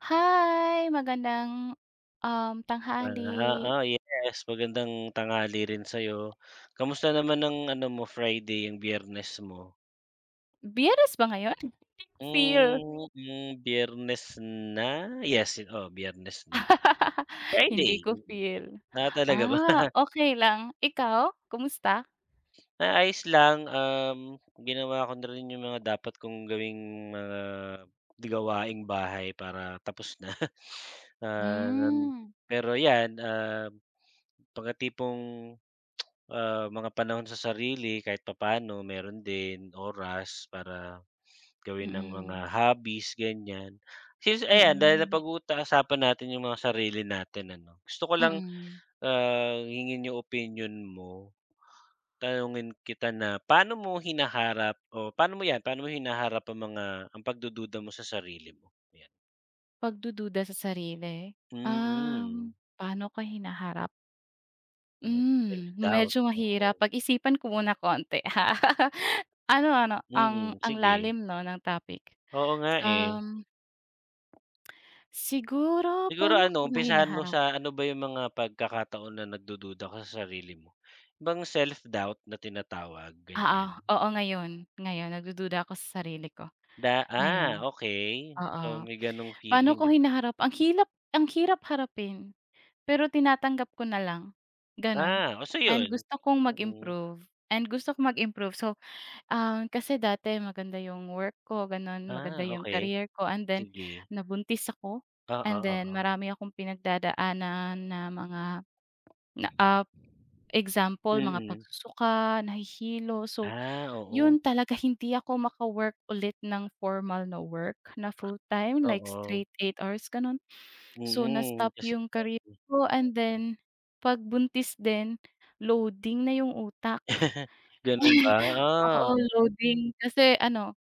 Hi, magandang, tanghali. Ah, oo, yes. Magandang tanghali rin sa'yo. Kamusta naman ang ano mo, Friday, yung Biyernes mo? Biyernes ba ngayon? Feel. Hmm, Biyernes na? Yes, oh Biyernes na. Hindi Friday, ko mm. feel. Ah, talaga ba? Ah, okay lang. Ikaw, kumusta? Ah, ayos lang, ginawa ko na rin yung mga dapat kong gawing gawaing bahay para tapos na. Ah, nan Hmm, pero 'yan, pagkatipong mga panahon sa sarili kahit papaano meron din oras para gawin ng mga mm, hobbies, ganyan. Since ayan dahil mm, napag-uusapan natin yung mga sarili natin ano, gusto ko lang, mm. Hingin yung opinion mo, tanungin kita na paano mo hinaharap o paano mo 'yan, paano mo hinaharap ang mga ang pagdududa mo sa sarili mo? 'Yan. Pagdududa sa sarili? Mm. Paano ko hinaharap? Hmm, Self-doubt, medyo mahirap. oo. Pag-isipan ko muna konti. Ano ano, ang Mm, ang sige. lalim 'no ng topic. Oo nga, eh. Um Siguro Siguro paano ano, ko ba umpisahan mo hinaharap? sa ano ba yung mga pagkakataon na nagdududa ka sa sarili mo? Bang self-doubt na tinatawag, Oo, ganyan? oo ngayon nagdududa ako sa sarili ko, Da ngayon. okey. So, Oo, may gano'ng paano feeling, ko 'di ba? hinaharap ang hirap harapin, pero tinatanggap ko na lang, gano'n. Ah, oh, so And yun? gusto kong Mm. mag-improve so, kasi dati maganda yung work ko gano'n, maganda Ah, yung okay, career ko and then sige. nabuntis ako Oo, and then oo. marami akong pinagdadaanan na mga na, ah, example mga Mm. pagsusuka, nahihilo. So, Ah, oo. yun talaga hindi ako maka-work ulit ng formal na work na full-time like Oo. straight 8 hours gano'n. Mm, So, mm, na-stop kasi. yung career ko and then 'pag buntis din, loading na yung utak. Gano'n ba? Ah, Oo, loading. Kasi ano,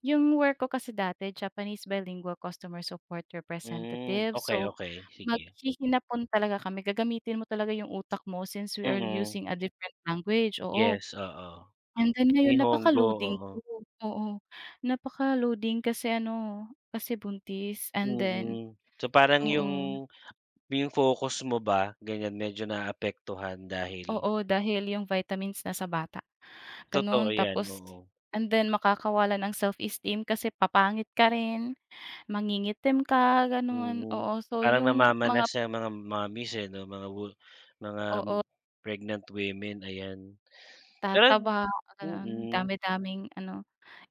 yung work ko kasi dati Japanese bilingual customer support hmm, representative. okay, So, okey. Sige. maghihinapon talaga kami, gagamitin mo talaga yung utak mo since we are Mm. using a different language, oo. Yes, oo. And then ngayon Nihongo, napaka-loading oo. ko, oo. Napaka-loading kasi ano, kasi buntis and then Mm. So, parang oo, yung focus mo ba ganyan medyo naapektuhan dahil oo, dahil yung vitamins na sa bata, totoo gano'n. yan, Tapos oo. and then makakawalan ng self-esteem kasi papangit ka rin. Mangingitim ka gano'n, Mm. oo. So Parang yung mga namamanas sa mga mommies, eh, 'no, mga wo mga oo, pregnant women, ayan. Pero tataba, gano'n, mm, dami-daming ano.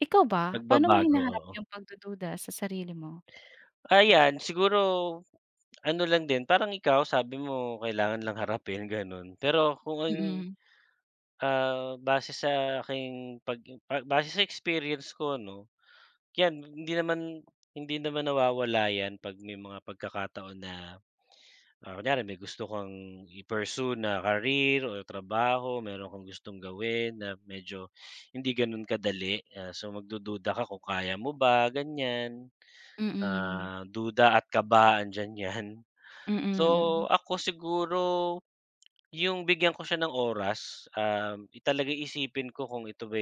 Ikaw ba, paano mo nagbabago, hinaharap oo. yung pagdududa sa sarili mo? Ayan, siguro ano lang din, parang ikaw sabi mo kailangan lang harapin, gano'n. Pero kung ang, Mm, base sa aking pag pa base sa experience ko 'no, 'yan hindi naman nawawala 'yan 'pag may mga pagkakataon na, kunyari may gusto kang i-pursue na career o trabaho, meron kang gustong gawin na medyo hindi gano'n kadali, so magdududa ka kung kaya mo ba, ganiyan. mm, mm. Ah, duda at kaba andiyan 'yan. So, ako siguro yung bigyan ko siya ng oras, isipin ko kung ito ba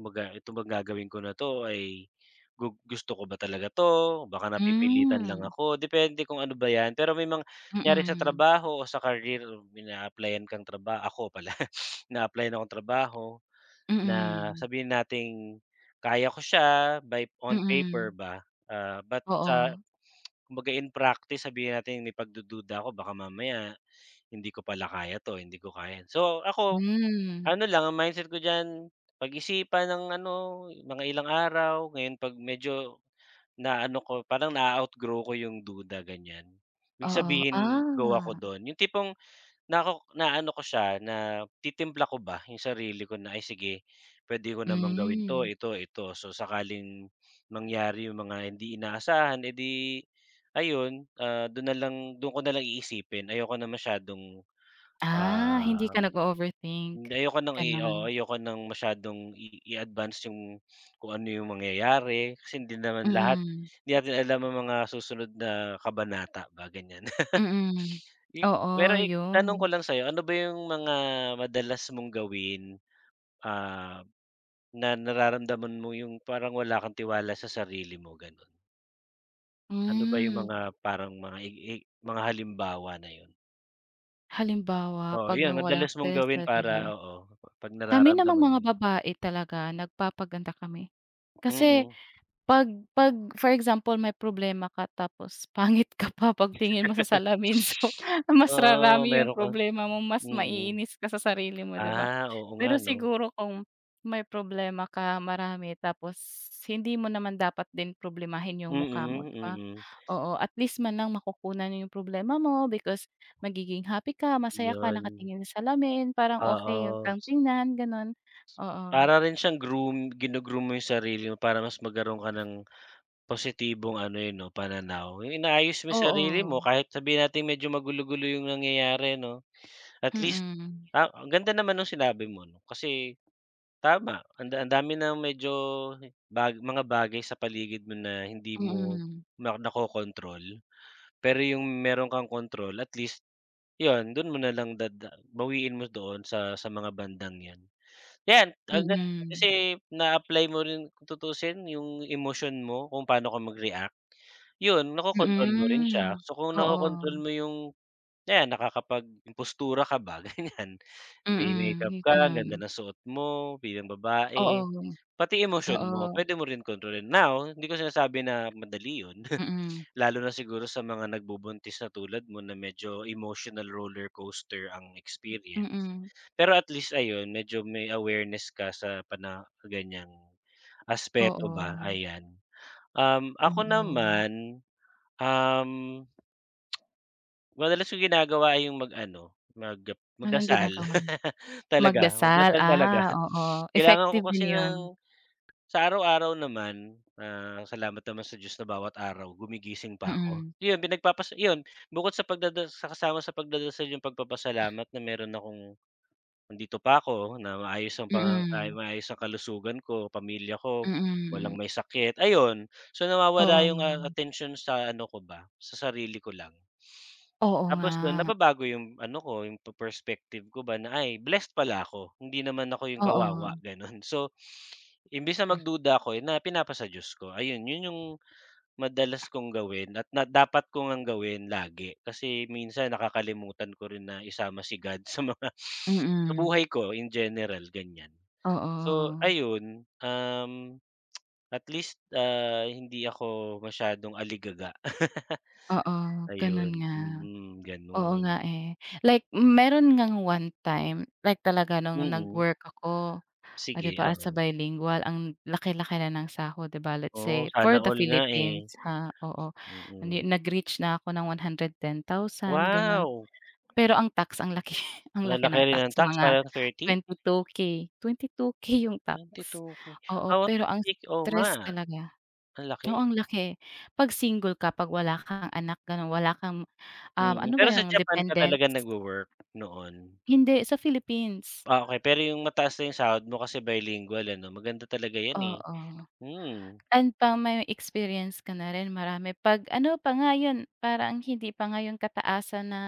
kumbaga, "Ito bang gagawin ko na 'to ay gusto ko ba talaga 'to? Baka napipilitan lang Hmm, ako." Depende kung ano ba 'yan. Pero may mga kunyari sa mm, trabaho o sa career, ina-applyan kang trabaho ako pala, na applyan akong trabaho na mm, sabihin nating kaya ko siya by on mm. paper ba, but sa Oo, kumbaga in practice sabihin natin may pagdududa ako baka mamaya, hindi ko pala kaya 'to, hindi ko kaya. So, ako hmm, ano lang ang mindset ko diyan, pag-isipan ng ano, mga ilang araw, ngayon 'pag medyo naano ko parang na-outgrow ko yung duda ganyan. Ibig oo, sabihin go ako ah, dun, yung tipong nako naano ko siya natitimpla ko ba yung sarili ko na, "Ay sige puwede ko namang gawin 'to, hmm. ito, ito." So sakaling mangyari yung mga hindi inaasahan, edi di ayun, dun lang ko nalang iisipin ayoko na masyadong, Ah, hindi ah ka hindi, nag-o-overthink, ayoko ng i gano'n. oo, ayoko ng masyadong i-advance yung kung ano yung mangyayari kasi hindi naman lahat Mm, hindi natin alam ang mga susunod na kabanata ba, ganyan. mm. I pero Oo, i tanong ko yun, lang sa'yo, ano ba yung mga madalas mong gawin, ah, na nararamdaman mo yung parang wala kang tiwala sa sarili mo, gano'n? Ano ba yung hmm. mga parang mga i mga halimbawa na yun? Halimbawa, Oo, 'pag yun nawawalan madalas ako mong talaga ng gawin para sarili, oo, 'pag kami namang nararamdaman mo mga yun. babae talaga nagpapaganda kami. Kasi Mm. 'pag 'pag for example may problema ka tapos pangit ka pa pagtingin mo sa salamin so mas Oo, rarami yung meron kang problema mo, mas mm. maiinis ka sa sarili mo, 'di ba? Ah, oo nga Pero 'no. siguro kung may problema ka marami tapos hindi mo naman dapat din problemahin yung mukha mo, Mm, 'di ba? mm, Oo, at least man lang makukunan yung problema mo because magiging happy ka, masaya ka, 'yun. nakatingin sa salamin, parang okey Oo, kang tingnan, gano'n. Oo. para rin siyang groom gino-groom mo 'yung sarili mo para mas magkaroon ka ng positibong ano, eh, 'no, pananaw. 'Yung inaayos mo 'yung sarili mo Oo. kahit sabihin nating medyo magulo-gulo 'yung nangyayari 'no, at least Mm. Ang ganda naman nung sinabi mo 'no, kasi tama ang da ang dami ng medyo bag mga bagay sa paligid mo na hindi mo Mm. na nakokontrol. Pero yung meron kang control at least, yun dun mo nalang dada bawiin mo doon sa mga bandang yan. Yan hangga't Mm. kasi na-apply mo rin kung tutuusin yung emotion mo kung paano ka mag-react, yun nakokontrol mo rin siya. Mm. So kung nakokontrol Oo. mo yung ayan nakakapag yung postura ka ba ganyan, may Mm, makeup yung ka, ang gano'n. ganda ng suot mo bilang babae, Oo. pati emotion mo Oo. pwede mo rin kontrolin. Now, hindi ko sinasabi na madali yun. Mm. Lalo na siguro sa mga nagbubuntis na tulad mo na medyo emotional roller coaster ang experience. Mm. Pero at least ayun, medyo may awareness ka sa pana ganiyang aspeto Oo. ba, ayan. Ako Oo. naman, um, madalas kong ginagawa ay yung mag-ano, mag Anong magdasal ginagawa mo? talaga, Magdasal, magdasal talaga. ah, oo. Kailangan ko Effective din kasi 'yun. ng sa araw-araw naman, salamat naman sa Diyos na bawat araw gumigising pa ako. Mm, 'Yun pinagpapas 'yun bukod sa pagdada sa kasama sa pagdadasal yung pagpapasalamat na meron akong nandito pa ako, na maayos ang pang, mm, ay maayos ang kalusugan ko, pamilya ko, walang mm. may sakit, ayun. So, Oo nawawala yung, naman. Atensyon sa ano ko ba, sa sarili ko lang. Oo nga, Tapos dun nababago yung ano ko, yung pe perspective ko ba na, "Ay blessed pala ako, hindi naman ako yung kawawa," oo. gano'n. So, imbes na magduda ako, eh, na pinapasa Diyos ko. Ayun, yun yung madalas kong gawin at na dapat ko ngang gawin lagi. Kasi minsan nakakalimutan ko rin na isama si God sa mga sa Mm, buhay ko in general, ganyan. So, oo, ayun, at least, hindi ako masyadong aligaga. oo, gano'n Ayun, nga. mm, Oo gano'n. nga, eh. Like meron ngang one time, like talaga nung Mm, nag-work ako, oh, sige, 'di ba, as a oo. bilingual ang laki-laki na ng sahod, 'di ba, let's Oo, say sana for the all nga, eh. Philippines, ha, oo. Mm. Hindi nag-reach na ako ng 110,000, gano'n. Wow! Pero ang tax ang laki, ang laki Malaki ng rin ang tax tax, mga parang thirty twenty two k twenty two k yung tax. ₱22K. Oo, Oo, pero ang take oo nga, stress talaga ang laki. oo, ang laki. 'Pag single ka, 'pag wala kang anak gano'n, wala kang, Mm, ano ba pero sa yung Japan ka talaga dependents? nagwo-work noon? Hindi, sa Philippines. Ah, okey pero yung mataas na yung sahod mo kasi bilingual ano, maganda talaga yan, eh. Oo. Hmm, And pang may experience ka na rin marami 'pag ano pa nga 'yun parang hindi pa nga 'yun kataasan na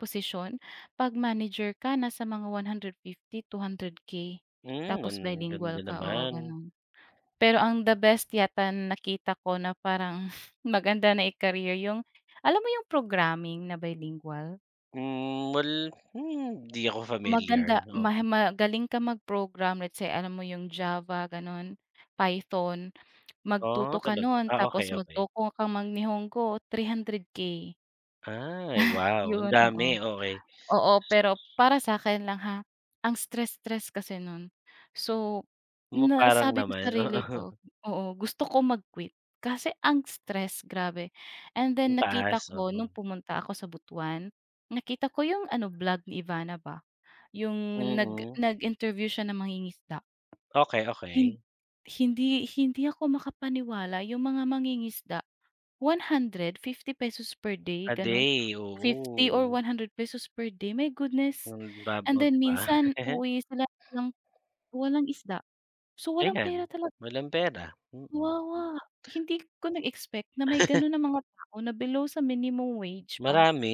posisyon, 'pag manager ka nasa mga 150, 200K hmm, ang tapos bilingual ganda ka, oo naman. gano'n. Pero ang the best yata na nakita ko na parang maganda na i-career 'yung alam mo 'yung programming na bilingual? Hmm, well, hmm, di ako familiar, Maganda ma oo. magaling ka mag-program let's say alam mo 'yung Java gano'n, Python. Ah, Magtuto ka talaga? nun Ah, tapos okey, okey. magtoko kang mag-Nihongo, 300K. Ay, wow, ang Yun, oo. dami, okey. Oo, pero para sa'kin lang ha, ang stress-stress kasi nun. So, Mo na parang sabi ko naman, sarili ko, oo. oo, gusto ko mag-quit kasi ang stress, grabe. And Ang then taas, nakita ko oo. nung pumunta ako sa Butuan, nakita ko yung ano, vlog ni Ivana ba, yung nag Mm, nag-interview siya ng mangingisda. okey, okey. Hin hindi ako makapaniwala yung mga mangingisda. 150 pesos per day A gano'n, day, fifty or oo. one hundred pesos per day, my goodness. Hmm, bab And oh, then 'di ba? minsan uuwi sila walang walang isda. So, walang Ayan, pera talaga, walang pera, mm. kawawa. Hindi ko nag-expect na may gano'n na mga tao na below sa minimum wage pa. Marami,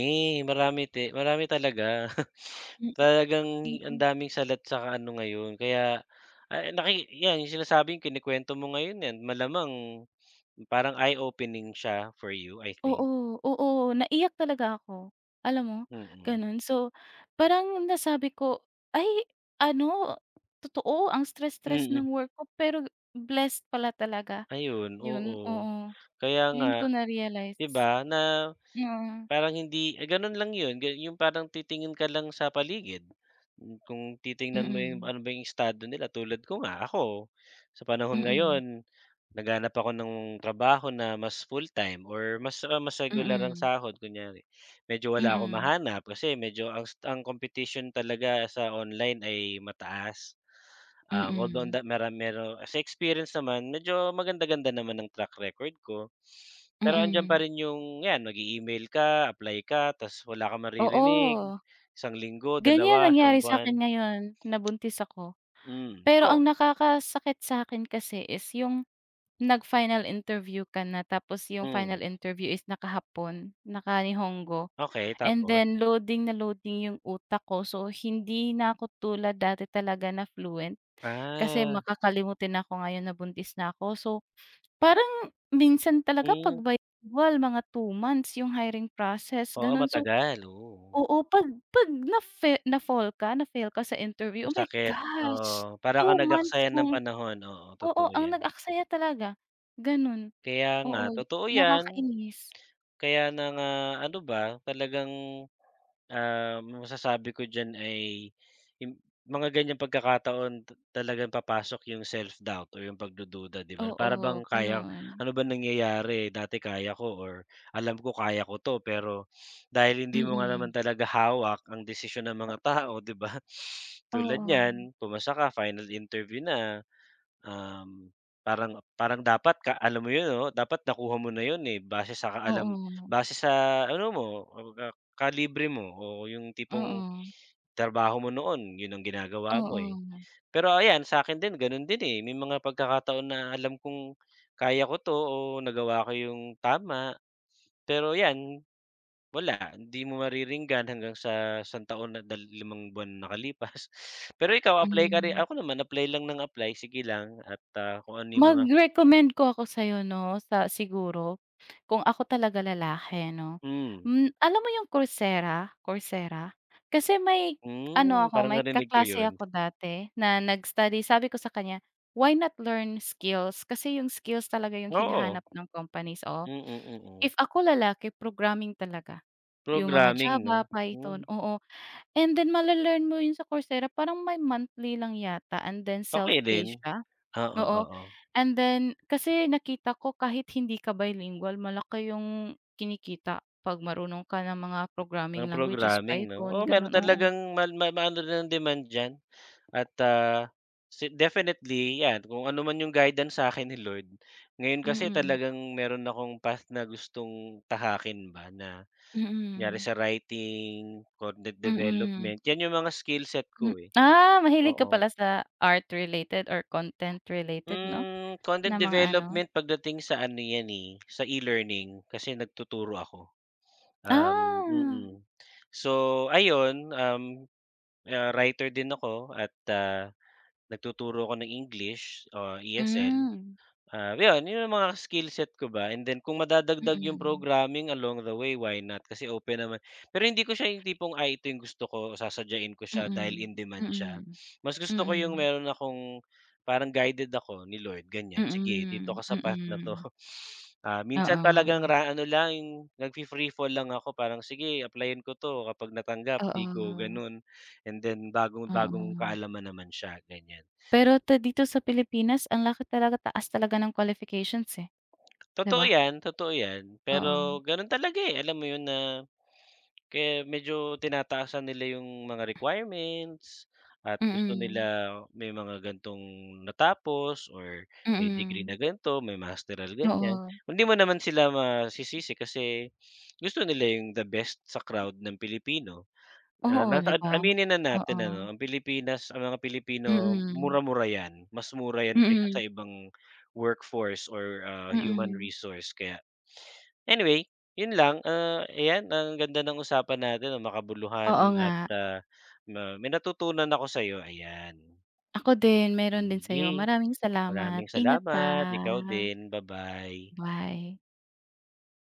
marami ti marami talaga. Mm, Talagang ang mm. daming salat saka ano ngayon kaya, naki 'yan yung sinasabing kinukuwento mo ngayon 'yan malamang parang eye-opening siya for you, I think. Oo, oo, naiyak talaga ako, alam mo, Mm. gano'n. So, parang nasabi ko, "Ay ano, totoo ang stress-stress ng Mm, work ko pero blessed pala talaga." ayun, oo. Yun, oo. Kaya Yun nga, ko 'di na-realize. ba, na Oo. parang hindi ah, gano'n lang 'yun, ga yung parang titingin ka lang sa paligid. Hmm, kung titingnan mo yung Mm. ano ba yung estado nila tulad ko nga ako, sa panahon Mm. ngayon naghanap ako ng trabaho na mas full-time or mas, mas regular ang Mm. sahod kunyari. Medyo wala ako Mm. mahanap kasi medyo ang competition talaga sa online ay mataas. Although ang Mm. da mera mero sa experience naman medyo maganda-ganda naman ng track record ko. Pero andiyan pa Mm. rin yung 'yan mag email ka, apply ka, ta's wala ka maririnig, Oo. isang linggo, Ganyan dalawa, isang nangyari buwan. sa'kin ngayon, nabuntis ako. Hmm, Pero ang so nakakasakit sa'kin kasi is yung nag-final interview ka na tapos yung final hmm, interview is naka-Hapon, naka-Nihongo, okey and tapos? then loading na loading yung utak ko. So, hindi na ako tulad dati talaga na fluent kasi Ah, makakalimutin ako ngayon na buntis na ako. So parang minsan talaga hmm, 'pag bilingual mga 2 months yung hiring process oo gano'n. So, matagal, oo. oo 'pag na-fail ka sa interview, oh my Masakit, oo. gosh, Para two kang months nag-aksaya ng mong panahon, oo, oo, totoo ang 'yan. nag-aksaya talaga, gano'n. Kaya nga, Oo, totoo 'yan. nakakainis. Kaya na nga ano ba, talagang ah, masasabi ko diyan ay yung mga ganiyang pagkakataon ta talagang papasok yung self-doubt o yung pagdududa, 'di ba? Oo, Para bang kaya gano'n. ano ba nangyayari, dati kaya ko or alam ko kaya ko 'to, pero dahil hindi mo nga naman Mm. talaga hawak ang desisyon ng mga tao, 'di ba? Tulad Oo. niyan, pumasa ka, final interview na. Um, parang parang dapat ka alam mo 'yun oh dapat nakuha mo na 'yun, eh, base sa kaalam Oo. base sa ano mo, kumbaga kalibre mo o yung tipong Oo. trabaho mo noon 'yun ang ginagawa mo, eh. Oo. Pero ayan sa akin din gano'n din, eh, may mga pagkakataon na alam kong kaya ko 'to o nagawa ko yung tama, pero 'yan wala, hindi mo mariringgan hanggang sa isang taon na dal limang buwan na nakalipas. Pero ikaw apply ka rin Mm. ako naman apply lang ng apply, sige lang at, kung ano yung mga Mag-recommend ko ako sa'yo 'no, sa siguro kung ako talaga lalaki 'no. hmm, Hmm, alam mo yung Coursera, Coursera? Kasi may ano hmm, ako, parang may narinig ko kaklase yun. ako dati na nag-study. Sabi ko sa kanya, "Why not learn skills?" Kasi yung skills talaga yung Oo, hinahanap ng companies, oo. mm, mm. If ako lalaki, programming talaga, yung mga Programming 'no? Java, Hmm, Python, oo. And then male-learn mo yun sa Coursera, parang may monthly lang yata and then okey self-pay din. siya. Oo, Oo, oo, and then kasi nakita ko kahit hindi ka bilingual malaki yung kinikita 'pag marunong ka ng mga ang programming languages, programming 'no? Python, Oo, meron gano'n, oo. talagang ma ma maano rin ang demand diyan at, si definitely 'yan kung ano man yung guidance sa'kin ni Lord. Ngayon kasi Mm, talagang meron akong path na gustong tahakin ba na kunyari mm. sa writing, content Mm, development, 'yan yung mga skill set hmm, ko, eh, ah, mahilig ka oo. pala sa art related or content related 'no, Hmm, content na mga ano? development pagdating sa ano 'yan, eh, sa e-learning kasi nagtuturo ako. Ah, Mm. So ayun, writer din ako at, nagtuturo ako ng English, ESL. hmm, Ah, 'yun 'yun yung mga skill set ko ba and then kung madadagdag yung mm, programming along the way, why not? Kasi open naman pero hindi ko siya yung tipong, "Ay, ito yung gusto ko, sasadyain ko mm, siya dahil mm, in demand siya." mm, Mas gusto ko yung mm, meron akong parang guided ako ni Lord, ganiyan, "Sige, dito mm. ka sa path na 'to." Mm. Ah, minsan talagang Oo, ra ano lang, yung nagfi fall lang ako parang, "Sige, applyan ko 'to, kapag natanggap, 'di go." oo, Gano'n. And then bagong bagong oo. kaalaman naman siya, ganiyan. Pero dito sa Pilipinas ang laki talaga taas talaga ng qualifications, eh, 'di Totoo ba? 'yan, totoo 'yan. Pero Oo. gano'n talaga, eh, alam mo 'yun na kaya medyo tinataasan nila 'yung mga requirements at gusto nila Mm, may mga gantong natapos or may degree mm. na ganito, may masteral ganyan. Oo, Hindi mo naman sila masisisi kasi gusto nila 'yung the best sa crowd ng Pilipino. Ah, oo, 'di nasa ad ba? aminin na natin Oo, ano, ang Pilipinas ang mga Pilipino mm, mura-mura 'yan, mas mura 'yan kaysa mm, sa ibang workforce or, human mm. resource kaya anyway, 'yun lang, ayan ang ganda ng usapan natin ang makabuluhan Oo nga, at, ma may natutunan ako sa'yo ayan. ako din meron din Sige, sa'yo. Maraming salamat, maraming ingat ka. salamat, ikaw din, ba-bye. Bye.